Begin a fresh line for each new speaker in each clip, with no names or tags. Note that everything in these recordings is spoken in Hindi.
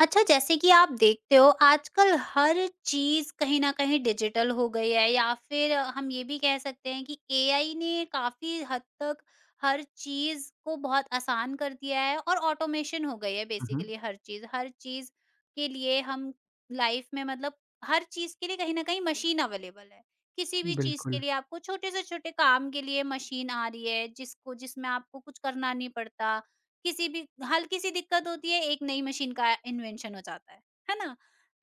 अच्छा जैसे कि आप देखते हो आजकल हर चीज़ कहीं न कहीं डिजिटल हो गई है या फिर हम ये भी कह सकते हैं कि एआई ने काफ़ी हद तक हर चीज़ को बहुत आसान कर दिया है और ऑटोमेशन हो गई है
हुँ,
बेसिकली हर चीज़। हर चीज़ के लिए हम लाइफ में मतलब हर चीज़ के लिए कहीं न कहीं मशीन अवेलेबल है। किसी भी
हुँ,
चीज़ के
बिल्कुल।
लिए आपको छोटे से छोटे काम के लिए मशीन आ रही है जिसको जिसमें आपको कुछ करना नहीं पड़ता। किसी भी हल्की सी दिक्कत होती है एक नई मशीन का इन्वेंशन हो जाता है ना?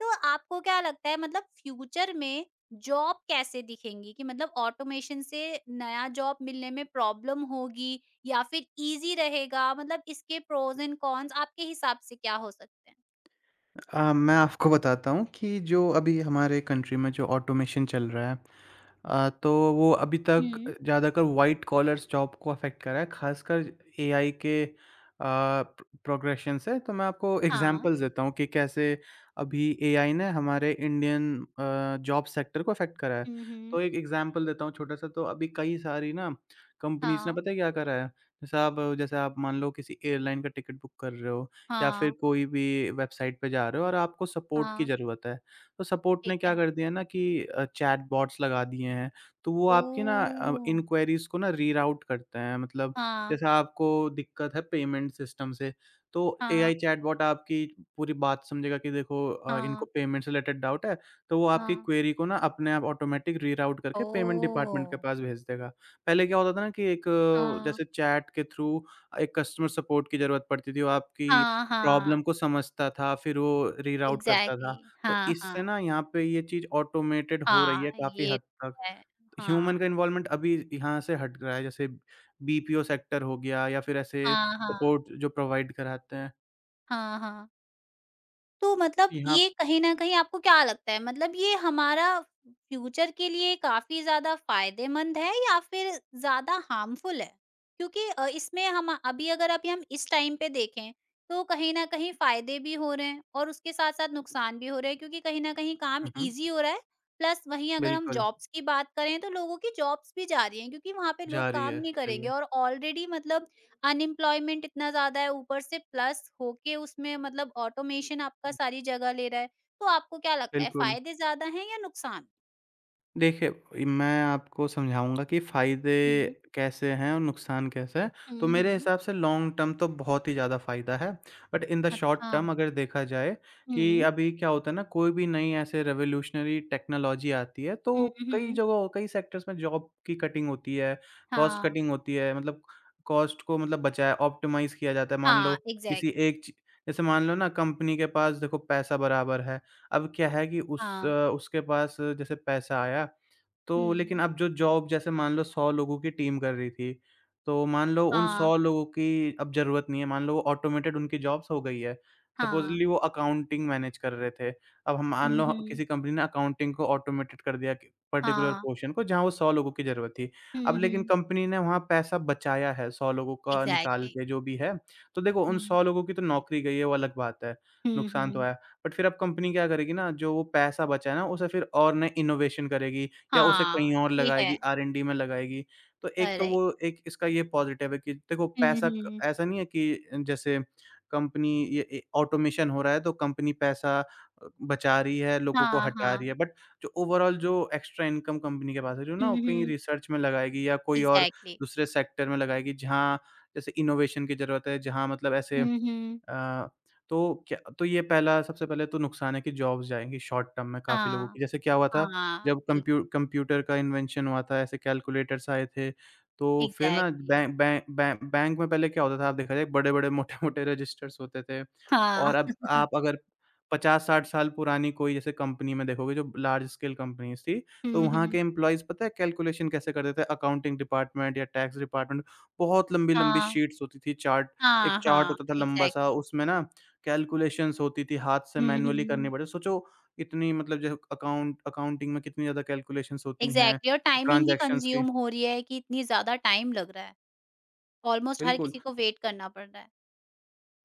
तो आपको क्या लगता है मतलब फ्यूचर में जॉब कैसे दिखेंगी कि मतलब ऑटोमेशन से नया जॉब मिलने में प्रॉब्लम होगी या फिर इजी रहेगा? मतलब इसके प्रोज एंड कॉन्स आपके हिसाब से क्या हो सकते हैं?
मैं आपको बताता हूँ कि जो अभी हमारे कंट्री में जो ऑटोमेशन चल रहा है, तो वो अभी तक
हम्म।
ज़्यादातर व्हाइट कॉलर्स जॉब को अफ़ेक्ट कर रहा है, ख़ासकर एआई के प्रोग्रेशन से। तो मैं आपको
हाँ।
एग्ज़ाम्पल्स देता हूँ कि कैसे अभी एआई ने हमारे इंडियन जॉब सेक्टर को अफ़ेक्ट करा है।
हम्म।
तो एक एग्ज़ाम्पल देता हूँ छोटा-सा, तो अभी कई सारी ना कंपनीज़ ने
हाँ,
पता है क्या करा है? जैसे आप मान लो किसी एयरलाइन का टिकट बुक कर रहे हो, या फिर
हाँ।
कोई भी वेबसाइट पे जा रहे हो और आपको सपोर्ट की
हाँ,
ज़रूरत है। तो सपोर्ट
ठीक
ने क्या
है।
कर दिया ना कि चैटबॉट्स लगा दिए हैं, तो वो
ओ,
आपकी ना इन्क्वायरीज़ को ना रीराउट करते हैं। मतलब
हाँ,
जैसे आपको दिक्कत है पेमेंट सिस्टम से, तो एआई
हाँ,
चैटबॉट आपकी पूरी बात समझेगा कि देखो इनको
हाँ,
पेमेंट से रिलेटेड डाउट है, तो वो आपकी
हाँ।
क्वेरी को ना अपने आप ऑटोमैटिक रीराउट
ओ,
करके पेमेंट डिपार्टमेंट के पास भेज देगा। पहले क्या होता था ना कि एक
हाँ,
जैसे चैट के थ्रू एक कस्टमर सपोर्ट की ज़रूरत पड़ती थी, वो आपकी
हाँ, हाँ।
प्रॉब्लम को समझता था, फिर वो रीराउट करता
एग्ज़ैक्टली,
था। तो
हाँ,
इससे
हाँ।
ना यहाँ पे ये चीज़ ऑटोमेटेड हो रही
हाँ,
है काफ़ी
ये
हद तक।
तो है।
ह्यूमन
हाँ।
का इन्वॉल्वमेंट अभी यहाँ से हट रहा है, जैसे बीपीओ सेक्टर हो गया या फिर ऐसे
हाँ, हाँ।
सपोर्ट जो प्रोवाइड कराते हैं।
हाँ, हाँ। तो मतलब
यहाँ।
ये कहीं न कहीं आपको क्या लगता है, मतलब ये हमारा फ्यूचर के लिए काफ़ी ज़्यादा फ़ायदेमंद है या फिर ज़्यादा हार्मफुल है? क्योंकि इसमें हम अभी अगर अभी हम इस टाइम पे देखें, तो कहीं न कहीं फ़ायदे भी हो रहे हैं और उसके साथ-साथ नुकसान भी हो रहे हैं क्योंकि कहीं न कहीं काम
हुँ, हुँ।
ईज़ी हो रहा है, प्लस वहीं अगर हम
बिल्कुल,
जॉब्स की बात करें तो लोगों की जॉब्स भी जा रही हैं क्योंकि वहाँ पे लोग
जा रही
काम
है,
नहीं
सही
करेंगे,
है।
और ऑलरेडी मतलब अनएम्प्लॉयमेंट इतना ज़्यादा है, ऊपर से प्लस होके उसमें मतलब ऑटोमेशन आपका
हुँ,
सारी जगह ले रहा है। तो आपको क्या लगता है
बिल्कुल।
फ़ायदे ज़्यादा हैं या नुकसान?
देखिए, इ मैं आपको समझाऊँगा कि
हुँ,
फ़ायदे कैसे हैं और नुकसान कैसे हैं। तो
हुँ,
मेरे
हुँ।
हिसाब से लॉन्ग टर्म तो बहुत ही ज़्यादा फ़ायदा है, बट इन द शॉर्ट
अच्छा।
टर्म अगर देखा जाए कि
हुँ,
अभी क्या होता है ना, कोई भी नई ऐसे रिवोल्यूशनरी टेक्नोलॉजी आती है,
हुँ,
तो कई
हुँ।
जगह कई सेक्टर्स में जॉब की कटिंग होती है, कॉस्ट
हाँ,
कटिंग होती है, मतलब कॉस्ट को मतलब बचाया ऑप्टिमाइज़ किया जाता है। मान लो
हाँ,
किसी
एग्ज़ैक्टली।
एक ची जैसे मान लो ना, कंपनी के पास देखो पैसा बराबर है। अब क्या है कि
हाँ,
उसके पास जैसे पैसा आया, तो लेकिन
हुँ,
अब जो जॉब जैसे मान लो 100 लोगों की टीम कर रही थी, तो मान लो उन
हाँ,
100 लोगों की अब ज़रूरत नहीं है, मान लो वो ऑटोमेटेड उनकी जॉब्स हो गई है।
हाँ,
सपोज़ली वो अकाउंटिंग मैनेज कर रहे थे, अब हम मान
हुँ,
लो
हुँ,
किसी कंपनी ने अकाउंटिंग को ऑटोमेटेड कर दिया कि पर्टिकुलर
हाँ,
पोर्शन को, जहाँ वो 100 लोगों की ज़रूरत थी। अब
हुँ,
लेकिन
हुँ,
कंपनी ने वहाँ पैसा बचाया है 100 लोगों का निकाल
एग्ज़ैक्टली।
के, जो भी है, तो देखो उन
हुँ,
100 लोगों की तो नौकरी गई है, वो अलग बात है,
हुँ,
नुकसान तो
हुँ,
आया। बट फिर अब कंपनी क्या करेगी ना, जो वो पैसा बचा है ना, उसे फिर और नए इनोवेशन करेगी या उसे कहीं
हाँ,
और
ये है,
लगाएगी, आर-एन-डी में लगाएगी। तो एक तो वो
करेक्ट।
एक इसका ये पॉज़िटिव है कि देखो
हुँ,
पैसा क
हुँ,
ऐसा नहीं है कि जैसे कंपनी ये ए ऑटोमेशन हो रहा है, तो कंपनी पैसा बचा रही है, लोगों को
हाँ,
हटा रही है।
हाँ,
बट जो ओवरॉल जो एक्स्ट्रा इनकम कंपनी के पास है, जो ना
हुँ,
वो कहीं
हुँ,
रिसर्च में लगाएगी या कोई और
एग्ज़ैक्टली।
दूसरे सेक्टर में लगाएगी, जहाँ जैसे इनोवेशन की ज़रूरत है, जहाँ मतलब ऐसे
हुँ, हुँ,
अ, तो क्या, तो ये पहला, सबसे पहले तो नुकसान है कि जॉब्स जाएँगी शॉर्ट टर्म में काफ़ी लोगों
हाँ।
की। जैसे क्या हुआ था,
हाँ,
जब
बिल्कुल।
कंप्यूटर का इन्वेंशन हुआ था, ऐसे कैलकुलेटर्स आए थे, तो फिर ना
एग्ज़ैक्टली,
बै बै बै बैंक में पहले क्या होता था, आप देखा जाए बड़े-बड़े, मोटे-मोटे रजिस्टर्स होते थे।
हाँ,
और अब आप अगर 50-60 साल पुरानी कोई जैसे कंपनी में देखोगे, जो लार्ज स्केल कंपनीज़ थी, तो
हुँ,
वहाँ
हुँ,
के एम्प्लॉइज़ पता है कैलकुलेशन कैसे करते थे अकाउंटिंग डिपार्टमेंट या टैक्स डिपार्टमेंट। बहुत लंबी-लंबी
हाँ,
शीट्स होती थी, चार्ट, एक
हाँ,
चार्ट
हाँ,
होता था लंबा-सा,
एग्ज़ैक्टली।
उसमें ना कैलकुलेशंस होती थी, हाथ से
हुँ, हुँ,
मैनुअली करनी
हुँ,
पड़े। सोचो, इतनी मतलब जो अकाउंटिंग में कितनी ज़्यादा कैलकुलेशंस होती हैं,
एग्ज़ैक्टली और टाइमिंग भी
ट्रांज़ैक्शंस की।
कंज़्यूम हो रही है कि इतनी ज़्यादा टाइम लग रहा है, ऑलमोस्ट हर
बिल्कुल।
किसी को वेट करना पड़ रहा है।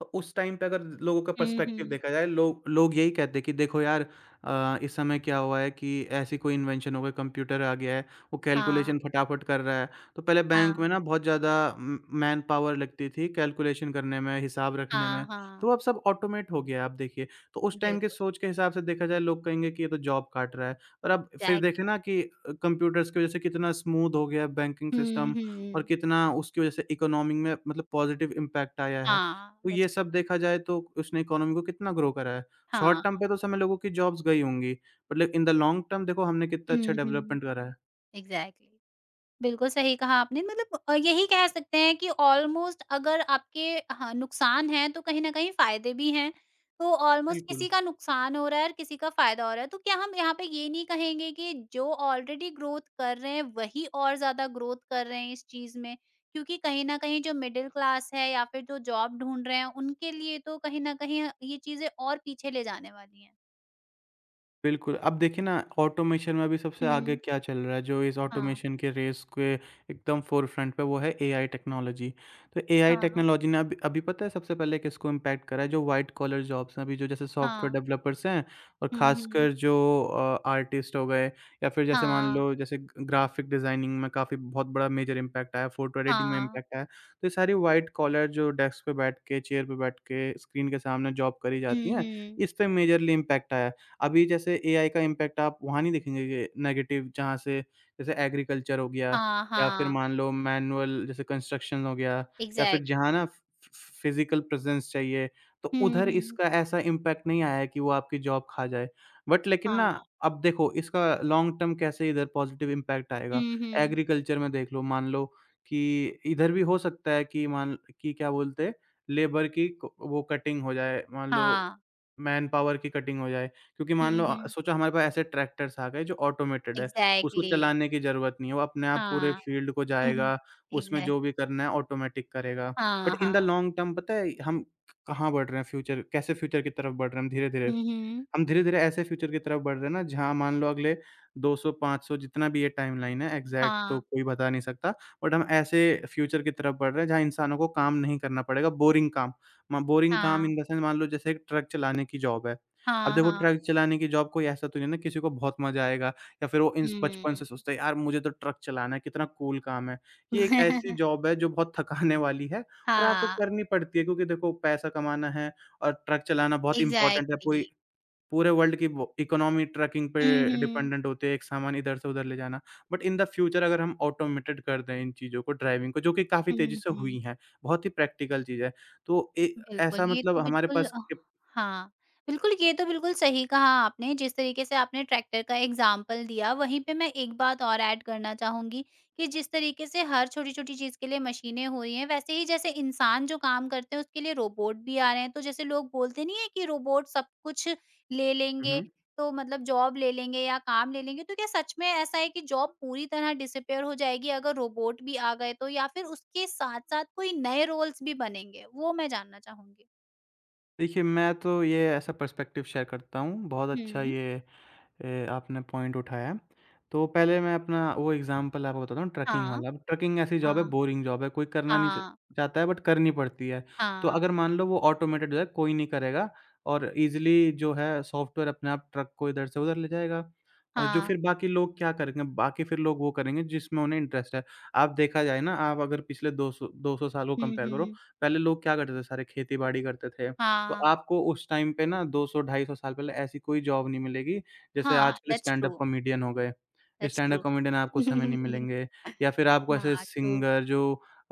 तो उस टाइम पे अगर लोगों का
हुँ,
पर्सपेक्टिव
हुँ,
देखा जाए, लोग लोग यही कहते हैं कि देखो यार, इस समय क्या हुआ है कि ऐसी कोई इन्वेंशन हो गई, कंप्यूटर आ गया है, वो
हाँ,
कैलकुलेशन फटाफट कर रहा है। तो पहले
हाँ,
बैंक में ना बहुत ज़्यादा म मैन पावर लगती थी कैलकुलेशन करने में, हिसाब रखने
हाँ,
में, तो
हाँ,
अब सब ऑटोमेट हो गया है, आप देखिए। तो उस टाइम के
बिल्कुल।
सोच के हिसाब से देखा जाए, लोग कहेंगे कि ये तो जॉब काट रहा है। और अब फिर देखें
एग्ज़ैक्टली,
ना कि कंप्यूटर्स की वजह से कितना स्मूथ हो गया है बैंकिंग
हुँ,
सिस्टम, और
हुँ,
कितना उसकी वजह से इकोनॉमी में मतलब पॉजिटिव इम्पैक्ट आया है।
हाँ,
तो
दैट्स
ये
ट्रू,
सब देखा जाए, तो उसने इकोनॉमी को कितना ग्रो करा है। शॉर्ट
हाँ,
टर्म पे तो समय लोगों की जॉब्स गई होंगी, but in the long term देखो हमने कितना अच्छा
हुँ, हुँ,
डेवलपमेंट करा है।
एग्ज़ैक्टली। बिल्कुल सही कहा आपने, मतलब यही कह सकते हैं कि ऑलमोस्ट, अगर आपके हाँ, नुकसान हैं तो कहीं न कहीं फ़ायदे भी हैं। तो ऑलमोस्ट
बिल्कुल।
किसी का नुकसान हो रहा है और किसी का फ़ायदा हो रहा है। तो क्या हम यहाँ पे ये नहीं कहेंगे कि जो ऑलरेडी ग्रोथ कर रहे हैं वही और ज़्यादा ग्रोथ कर रहे हैं इस चीज़ में? क्योंकि कहीं न कहीं जो मिडल क्लास है या फिर जो जॉब ढूँढ रहे हैं उनके लिए तो कहीं न कहीं ये चीज़ें और पीछे ले जाने वाली हैं।
बिल्कुल, अब देखिए ना, ऑटोमेशन में अभी सबसे आगे
हुँ,
क्या चल रहा है, जो इस
हाँ,
ऑटोमेशन के रेस के एकदम फ़ोरफ्रंट पे, वो है एआई टेक्नोलॉजी। तो एआई
हाँ,
टेक्नोलॉजी ने अभी अभी पता है सबसे पहले किसको इम्पैक्ट करा है, जो व्हाइट कॉलर जॉब्स हैं अभी, जो जैसे सॉफ्टवेयर
हाँ।
डेवलपर्स हैं और
हुँ, हुँ।
ख़ासकर जो आर्टिस्ट हो गए, या फिर जैसे मान
हाँ,
लो जैसे ग ग्राफ़िक डिज़ाइनिंग में काफ़ी बहुत बड़ा मेजर इम्पैक्ट आया, फ़ोटो एडिटिंग में
हाँ।
इम्पैक्ट आया। तो ये सारी व्हाइट कॉलर जो डेस्क पे बैठ के, चेयर पे बैठ के, स्क्रीन के सामने जॉब करी
हुँ,
जाती हैं,
हुँ।
इस पे मेजरली इम्पैक्ट आया। अभी जैसे एआई का इम्पैक्ट आप वहाँ नहीं देखेंगे ये नेगेटिव, जहाँ से जैसे एग्रीकल्चर हो गया,
हाँ,
या फिर
हाँ,
मान लो मैनुअल जैसे कंस्ट्रक्शन हो गया, या फिर
एग्ज़ैक्टली।
जहाँ ना फिजिकल प्रेजेंस चाहिए, तो
हुँ,
उधर
हुँ,
इसका ऐसा इम्पैक्ट नहीं आया है कि वो आपकी जॉब खा जाए। बट लेकिन ना,
हाँ।
अब देखो इसका लॉन्ग टर्म कैसे इधर पॉजिटिव इम्पैक्ट आएगा।
हुँ, हुँ,
एग्रीकल्चर में देख लो, मान लो कि इधर भी हो सकता है कि, मान कि क्या बोलते हैं, लेबर की क वो कटिंग हो जाए, मान लो
हाँ।
मैन पावर की कटिंग हो जाए। क्योंकि मान
हुँ,
लो
हुँ,
सोचो हमारे पास ऐसे ट्रैक्टर्स आ गए जो ऑटोमेटेड है, उसको
एग्ज़ैक्टली।
चलाने की ज़रूरत नहीं है, वो अपने आप पूरे
हाँ।
फ़ील्ड को जाएगा, उसमें जो
एग्ज़ैक्टली।
भी करना है ऑटोमेटिक करेगा।
हाँ,
बट इन द
हाँ।
लॉन्ग टर्म पता है हम कहाँ बढ़ रहे हैं, फ्यूचर कैसे, फ्यूचर की तरफ बढ़ रहे हैं हम धीरे-धीरे?
हुँ, हुँ,
हम धीरे-धीरे ऐसे फ्यूचर की तरफ बढ़ रहे हैं ना, जहाँ मान लो अगले 200-500, जितना भी ये टाइमलाइन है एग्ज़ैक्ट तो
हाँ,
कोई बता नहीं सकता। बट हम ऐसे फ्यूचर की तरफ बढ़ रहे हैं, जहाँ इंसानों को काम नहीं करना पड़ेगा, बोरिंग काम। म बोरिंग काम
हाँ,
इन द सेंस, मान लो जैसे एक ट्रक चलाने की जॉब है। अब
हाँ,
देखो,
हाँ।
ट्रक चलाने की जॉब कोई ऐसा तो नहीं है ना, किसी को बहुत मज़ा आएगा, या फिर वो इंस बचपन से
हुँ।
सोचता है, यार मुझे तो ट्रक चलाना है, कितना कूल काम है। ये एक ऐसी जॉब है जो बहुत थकाने वाली है और आपको
हाँ,
करनी पड़ती है, क्योंकि देखो पैसा कमाना है, और ट्रक चलाना बहुत इम्पोर्टेंट है।
एग्ज़ैक्टली।
पूरी पूरे वर्ल्ड की वो इकोनॉमी ट्रकिंग पे
हुँ, हुँ।
डिपेंडेंट होती है, एक सामान इधर से उधर ले जाना। बट इन द फ्यूचर अगर हम ऑटोमेटेड कर दें इन चीज़ों को, ड्राइविंग को, जो कि काफ़ी तेज़ी
हुँ,
से हुई
हुँ।
हैं, बहुत ही प्रैक्टिकल चीज़ है। तो ए
बिल्कुल,
ऐसा,
ये
मतलब
तो
हमारे
बिल्कुल
पास।
हाँ, बिल्कुल ये तो बिल्कुल सही कहा आपने, जिस तरीके से आपने ट्रैक्टर का एग्ज़ाम्पल दिया, वहीं पे मैं एक बात और ऐड करना चाहूँगी कि जिस तरीके से हर छोटी-छोटी चीज़ के लिए मशीनें हो रही हैं, वैसे ही जैसे इंसान जो काम करते हैं उसके लिए रोबोट भी आ रहे हैं। तो जैसे लोग बोलते नहीं है कि रोबोट सब कुछ ले
हुँ,
लेंगे,
हुँ।
तो मतलब जॉब ले लेंगे या काम ले लेंगे, तो क्या सच में ऐसा है कि जॉब पूरी तरह डिसअपियर हो जाएगी अगर रोबोट भी आ गए तो, या फिर उसके साथ साथ कोई नए रोल्स भी बनेंगे? वो मैं जानना चाहूँगी।
देखिए, मैं तो ये ऐसा पर्सपेक्टिव शेयर करता हूँ, बहुत अच्छा
हुँ।
ये आपने पॉइंट उठाया। तो पहले मैं अपना वो एग्ज़ाम्पल आपको बताता हूँ ट्रकिंग
हाँ,
वाला। अब ट्रकिंग ऐसी जॉब है,
हाँ,
बोरिंग जॉब है, कोई करना नहीं च
हाँ,
चाहता है, बट करनी पड़ती है। तो
हाँ,
अगर मान लो वो ऑटोमेटेड है, कोई नहीं करेगा, और ईज़िली जो है सॉफ्टवेयर अपने आप ट्रक को इधर से उधर ले जाएगा। और जो
हाँ।
फिर बाकी लोग क्या करेंगे, बाकी फिर लोग वो करेंगे जिसमें उन्हें इंटरेस्ट है। आप देखा जाए ना, आप अगर पिछले 200 साल को
हुँ,
कंपेयर करो,
हुँ।
पहले लोग क्या करते थे, सारे खेती-बाड़ी करते थे। तो
हाँ,
आपको उस टाइम पे ना, 200 250 साल पहले ऐसी कोई जॉब नहीं मिलेगी, जैसे
हाँ,
आजकल
दैट्स ट्रू,
स्टैंड-अप कॉमेडियन हो गए,
दैट्स
स्टैंड-अप
ट्रू।
कॉमेडियन आपको समय नहीं मिलेंगे, या फिर आपको ऐसे
हाँ, ट्रू।
सिंगर, जो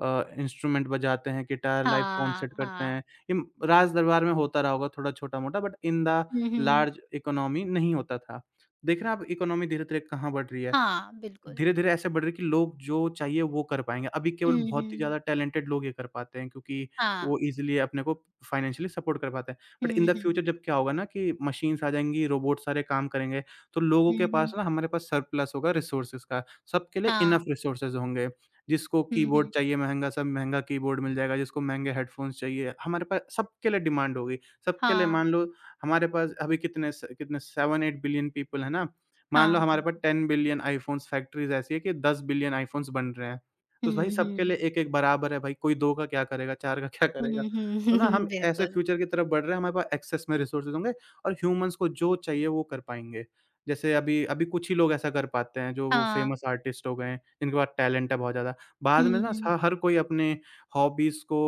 इंस्ट्रूमेंट बजाते हैं, गिटार लाइव
हाँ,
कॉन्सर्ट करते
हाँ।
हैं। इम राज दरबार में होता रहा होगा थोड़ा छोटा-मोटा, but in the
hmm, hmm.
Large economy नहीं होता था। देख रहे हैं आप, इकोनॉमी धीरे-धीरे कहाँ बढ़ रही है।
हाँ, बिल्कुल।
धीरे-धीरे ऐसे बढ़ रही है कि लोग जो चाहिए वो कर पाएँगे। अभी केवल
हुँ,
बहुत ही
हुँ।
ज़्यादा टैलेंटेड लोग ये कर पाते हैं, क्योंकि वो
हाँ।
ईज़िली अपने को फ़ाइनेंशियली सपोर्ट कर पाते हैं। But in
hmm,
the
hmm.
Future जब क्या होगा ना, कि मशीन्स आ जाएँगी, रोबोट सारे काम करेंगे, तो लोगों
हुँ,
के पास
हुँ।
ना, हमारे पास सरप्लस होगा रिसोर्सेज़ का। सबके लिए इनफ़
हाँ।
रिसोर्सेज़ होंगे। जिसको
हुँ,
कीबोर्ड
हुँ।
चाहिए महँगा, सब महँगा कीबोर्ड मिल जाएगा, जिसको महँगे हेडफ़ोन्स चाहिए, हमारे पास सबके लिए डिमांड होगी। सबके लिए
हाँ।
मान लो हमारे पास अभी कितने 7-8 बिलियन पीपल है ना? मान लो
हाँ।
हमारे पास 10 बिलियन आईफ़ोन्स फैक्ट्रीज़ ऐसी है कि 10 बिलियन आईफ़ोन्स बन रहे हैं।
हुँ,
तो भाई सबके
हुँ।
लिए एक-एक बराबर है भाई, कोई 2 का क्या करेगा, 4 का क्या
हुँ,
करेगा?
हुँ।
तो ना हम ऐसे
बिल्कुल।
फ्यूचर की तरफ बढ़ रहे हैं, हमारे पास एक्सेस में रिसोर्सेज़ होंगे और ह्यूमन्स को जो चाहिए वो कर पाएँगे। जैसे अभी अभी कुछ ही लोग ऐसा कर पाते हैं जो
हाँ।
फ़ेमस आर्टिस्ट हो गए हैं, जिनके पास टैलेंट है बहुत ज़्यादा। बाद
हुँ,
में ना स
हुँ।
हर कोई अपने हॉबीज़ को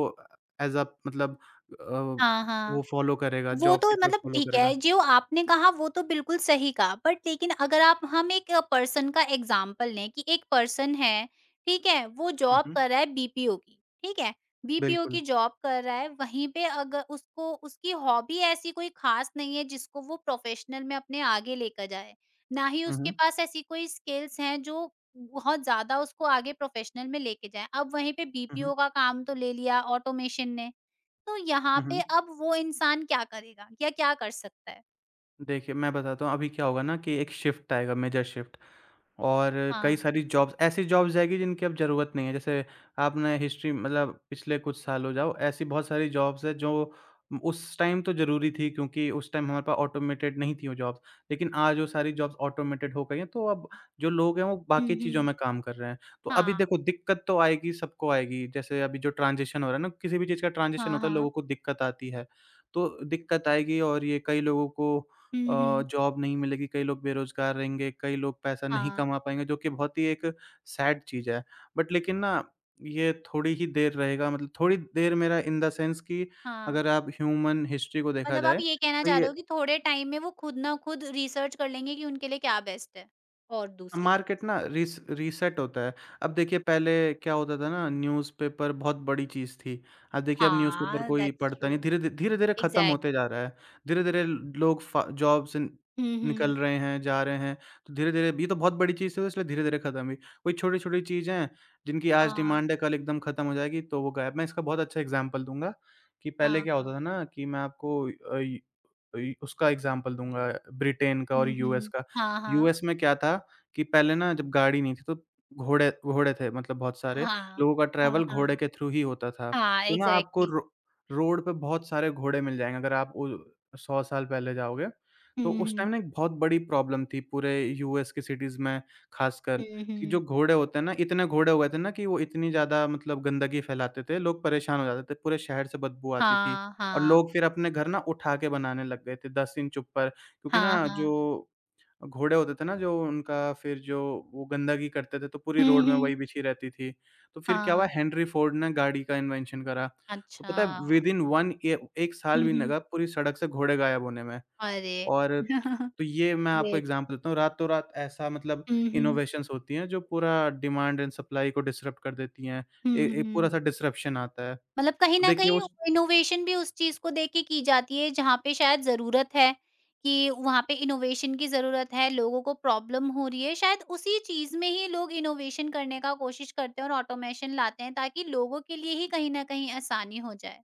एज़ अ मतलब अ,
हाँ, हाँ।
वो फ़ॉलो करेगा,
वो
जॉब
तो
की तरफ
मतलब
फ़ॉलो
ठीक है,
करेगा।
जो आपने कहा वो तो बिल्कुल सही कहा, बट लेकिन अगर आप हम एक पर्सन का एग्ज़ाम्पल लें कि एक पर्सन है, ठीक है? वो
हुँ,
जॉब
हुँ।
कर रहा है बीपीओ की, ठीक है? बीपीओ की
बिल्कुल।
जॉब कर रहा है, वहीं पे अगर उसको उसकी हॉबी ऐसी कोई ख़ास नहीं है जिसको वो प्रोफ़ेशनल में अपने आगे लेकर जाए। ना ही
हुँ,
उसके
हुँ।
पास ऐसी कोई स्किल्स हैं जो बहुत ज़्यादा उसको आगे प्रोफ़ेशनल में लेके जाएँ। अब वहीं पे
हुँ, हुँ।
बीपीओ का काम तो ले लिया ऑटोमेशन ने। तो यहाँ
हुँ,
पे
हुँ।
अब वो इंसान क्या करेगा या क्या कर सकता है?
देखिए, मैं बताता हूँ अभी क्या होगा ना कि एक शिफ्ट आएगा मेजर शिफ्ट और कई
हाँ।
सारी जॉब्स ऐसी जॉब्स आएगी जिनकी अब ज़रूरत नहीं है। जैसे आपने हिस्ट्री मतलब पिछले कुछ सालों जाओ ऐसी बहुत सारी जॉब्स हैं जो उस टाइम तो ज़रूरी थी क्योंकि उस टाइम हमारे पास ऑटोमेटेड नहीं थी वो जॉब्स। लेकिन आज वो सारी जॉब्स ऑटोमेटेड हो गई हैं तो अब जो लोग हैं वो
हुँ,
बाकी चीज़ों
हुँ।
में काम कर रहे हैं। तो अभी
हाँ।
देखो दिक्कत तो आएगी, सबको आएगी। जैसे अभी जो ट्रांज़िशन हो रहा है ना किसी भी चीज़ का ट्रांज़िशन
हाँ,
होता है लोगों
हाँ।
को दिक्कत आती है। तो दिक्कत आएगी और ये कई लोगों को
हुँ, हुँ।
जॉब नहीं मिलेगी, कई लोग बेरोज़गार रहेंगे, कई लोग पैसा नहीं
हाँ,
कमा पाएँगे, जो कि बहुत ही एक सैड चीज़ है। बट लेकिन ना ये थोड़ी ही देर रहेगा मतलब थोड़ी देर मेरा इन द सेंस कि
हाँ।
अगर आप ह्यूमन हिस्ट्री को देखा
मतलब आप
जाए,
ये कहना
तो
चाह रहे हो
ये
कि थोड़े टाइम में वो खुद ना खुद रिसर्च कर लेंगे कि उनके लिए क्या बेस्ट है और दूसरी
मार्केट
चीज़।
ना रिस रीसेट होता है। अब देखिए पहले क्या होता था ना न्यूज़पेपर बहुत बड़ी चीज़ थी। अब देखिए अब न्यूज़पेपर
हाँ,
कोई
दैट्स
पढ़ता
ट्रू।
नहीं धीरे-धीरे धीरे-धीरे ख़त्म होते
एग्ज़ैक्टली।
जा रहा है। धीरे-धीरे लोग फ जॉब से
हुँ, हुँ।
निकल रहे हैं, जा रहे हैं, तो धीरे-धीरे ये तो बहुत बड़ी चीज़ थी तो इसलिए धीरे-धीरे ख़त्म हुई। कोई छोटी-छोटी चीज़ें हैं जिनकी आज
हाँ,
डिमांड है कल एकदम ख़त्म हो जाएगी तो वो गायब मैं इसका बहुत अच्छा एग्ज़ाम्पल दूँगा कि पहले
हाँ,
क्या
हाँ।
होता था ना कि मैं आपको अ, य इ उसका एग्ज़ाम्पल दूँगा ब्रिटेन का और
हुँ,
यूएस
हुँ।
का।
हाँ, हाँ।
यूएस में क्या था कि पहले ना जब गाड़ी नहीं थी तो घोड़े घोड़े थे मतलब बहुत सारे,
हाँ,
लोगों का
हाँ,
ट्रैवल घोड़े
हाँ।
के थ्रू ही होता था।
हाँ,
तो ना आपको
एग्ज़ैक्टली।
रो रोड पे बहुत सारे घोड़े मिल जाएँगे अगर आप उ 100 साल पहले जाओगे। तो
हुँ,
उस टाइम
हुँ।
ना एक बहुत बड़ी प्रॉब्लम थी पूरे यूएस की सिटीज़ में ख़ासकर
हुँ,
कि जो
हुँ।
घोड़े होते हैं ना, इतने घोड़े हो गए थे ना कि वो इतनी ज़्यादा मतलब गंदगी फैलाते थे, लोग परेशान हो जाते थे, पूरे शहर से बदबू आती थी।
हाँ,
और
हाँ।
लोग फिर अपने घर ना उठा के बनाने लग गए थे 10 इंच ऊपर क्योंकि
हाँ,
ना
हाँ।
जो घोड़े होते थे ना जो उनका फिर जो वो गंदगी करते थे तो पूरी
हुँ,
रोड में
हुँ।
वही बिछी रहती थी। तो फिर क्या हुआ
हाँ।
हेनरी फ़ोर्ड ने गाड़ी का इन्वेंशन करा। तो
अच्छा।
पता है विदिन 1
हुँ,
साल भी नहीं
हुँ।
लगा पूरी सड़क से घोड़े गायब होने में।
अरे!
और तो ये मैं आपको
ग्रेट।
एग्ज़ाम्पल देता हूँ रातों-रात ऐसा मतलब
हुँ, हुँ।
इनोवेशंस होती हैं जो पूरा डिमांड एंड सप्लाई को डिसरप्ट कर देती हैं।
हुँ,
ए एक
हुँ।
पूरा-सा डिसरप्शन आता है।
मतलब कहीं
तो
न
देखिए
कहीं
उस
इनोवेशन भी उस चीज़ को देख के की जाती है जहाँ पे शायद ज़रूरत है, कि वहाँ पे इनोवेशन की ज़रूरत है, लोगों को प्रॉब्लम हो रही है, शायद उसी चीज़ में ही लोग इनोवेशन करने का कोशिश करते हैं और ऑटोमेशन लाते हैं ताकि लोगों के लिए ही कहीं न कहीं आसानी हो जाए।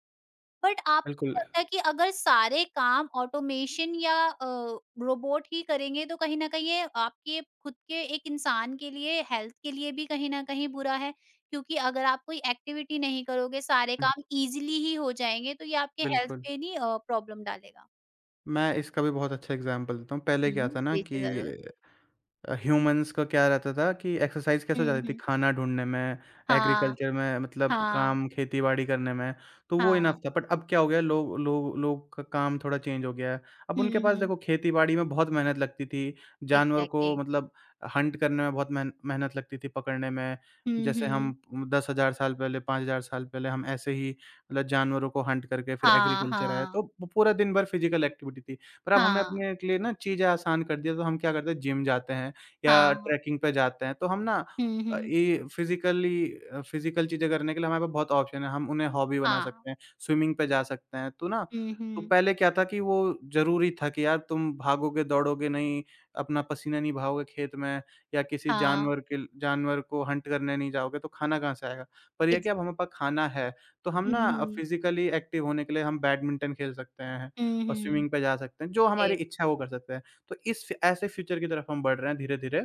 बट आपको
बिल्कुल।
क्या लगता है कि अगर सारे काम ऑटोमेशन या रोबोट ही करेंगे तो कहीं ना कहीं ये आपके खुद के एक इंसान के लिए हेल्थ के लिए भी कहीं ना कहीं बुरा है, क्योंकि अगर आप कोई एक्टिविटी नहीं करोगे, सारे
हुँ,
काम इजीली ही हो जाएंगे, तो ये आपके हेल्थ
बिल्कुल।
पे नहीं प्रॉब्लम डालेगा?
मैं इसका भी बहुत अच्छा एग्ज़ाम्पल देता हूँ। पहले क्या था ना
जी जी,
कि
जरूर।
ह्यूमन्स का क्या रहता था कि एक्सरसाइज कैसे हो
हम्म,
जाती थी
हम्म,
खाना ढूँढने में,
हाँ,
एग्रीकल्चर में मतलब
हाँ,
काम खेती-बाड़ी करने में, तो वो
हाँ,
इनफ था। बट अब क्या हो गया लोग लोग लोग का काम थोड़ा चेंज हो गया है। अब
हम्म,
उनके पास
हम्म,
देखो खेती-बाड़ी में बहुत मेहनत लगती थी, जानवर को
एग्जैक्टली,
मतलब हंट करने में बहुत मेहनत लगती थी पकड़ने में।
हम्म,
जैसे हम
हम्म,
10,000 साल पहले, 5,000 साल पहले हम ऐसे ही मतलब जानवरों को हंट करके फिर
हाँ,
एग्रीकल्चर आया, तो
हाँ,
वो पूरा दिन भर फिज़िकल एक्टिविटी थी। पर अब हमने
हाँ,
अपने के लिए ना चीज़ें आसान कर दी है, तो हम क्या करते हैं जिम जाते हैं या
हाँ,
ट्रैकिंग पे जाते हैं, तो हम ना
हम्म,
अ,
हम्म,
ये फिज़िकली फिज़िकल चीज़ें करने के लिए हमारे पास बहुत ऑप्शन है, हम उन्हें हॉबी बना
हाँ,
सकते हैं, स्विमिंग पे जा सकते हैं, तो ना
हम्म,
तो
हम्म,
पहले क्या था कि वो ज़रूरी था कि यार तुम भागोगे, दौड़ोगे नहीं, अपना पसीना नहीं बहाओगे खेत में या किसी
हाँ,
जानवर को हंट करने नहीं जाओगे, तो खाना कहाँ से आएगा? पर ये है
एग्ज़
कि अब हमारे पास खाना है, तो हम ना
हुँ,
फिज़िकली एक्टिव होने के लिए हम बैडमिंटन खेल सकते हैं
हुँ, हुँ,
और
हुँ।
स्विमिंग पे जा सकते हैं, जो हमारी
ग्रेट।
इच्छा है वो कर सकते हैं। तो इस फ ऐसे फ्यूचर की तरफ हम बढ़ रहे हैं धीरे-धीरे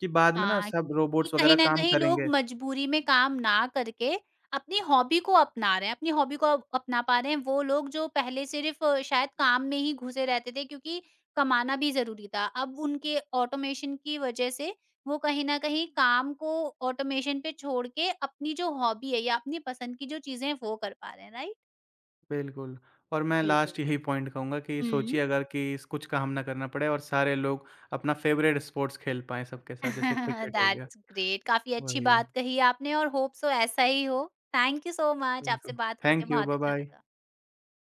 कि बाद में ना
हाँ,
सब
कि
रोबोट्स
कहीं
वगैरह
न
काम
कहीं लोग
करेंगे।
मजबूरी में काम ना करके अपनी हॉबी को अपना रहे हैं, अपनी हॉबी को अब अपना पा रहे हैं वो लोग जो पहले सिर्फ़ शायद काम में ही घुसे रहते थे क्योंकि कमाना भी ज़रूरी था। अब उनके ऑटोमेशन की वज़ह से वो कहीं न कहीं काम को ऑटोमेशन पे छोड़ के अपनी जो हॉबी है या अपनी पसंद की जो चीज़ें हैं वो कर पा रहे हैं, राइट?
बिल्कुल, और मैं लास्ट
बिल्कुल।
यही पॉइंट कहूँगा कि
हुँ।
सोचिए अगर कि इस कुछ काम ना करना पड़े और सारे लोग अपना फ़ेवरेट स्पोर्ट्स खेल पाएँ सबके साथ, जैसे क्रिकेट हो गया।
दैट्स ग्रेट, काफी अच्छी
वही,
बात कही आपने और होप सो ऐसा ही हो। थैंक यू सो मच, आपसे
बिल्कुल।
बात करके
थैंक यू,
बहुत अच्छा
बाय-बाय।
लगा।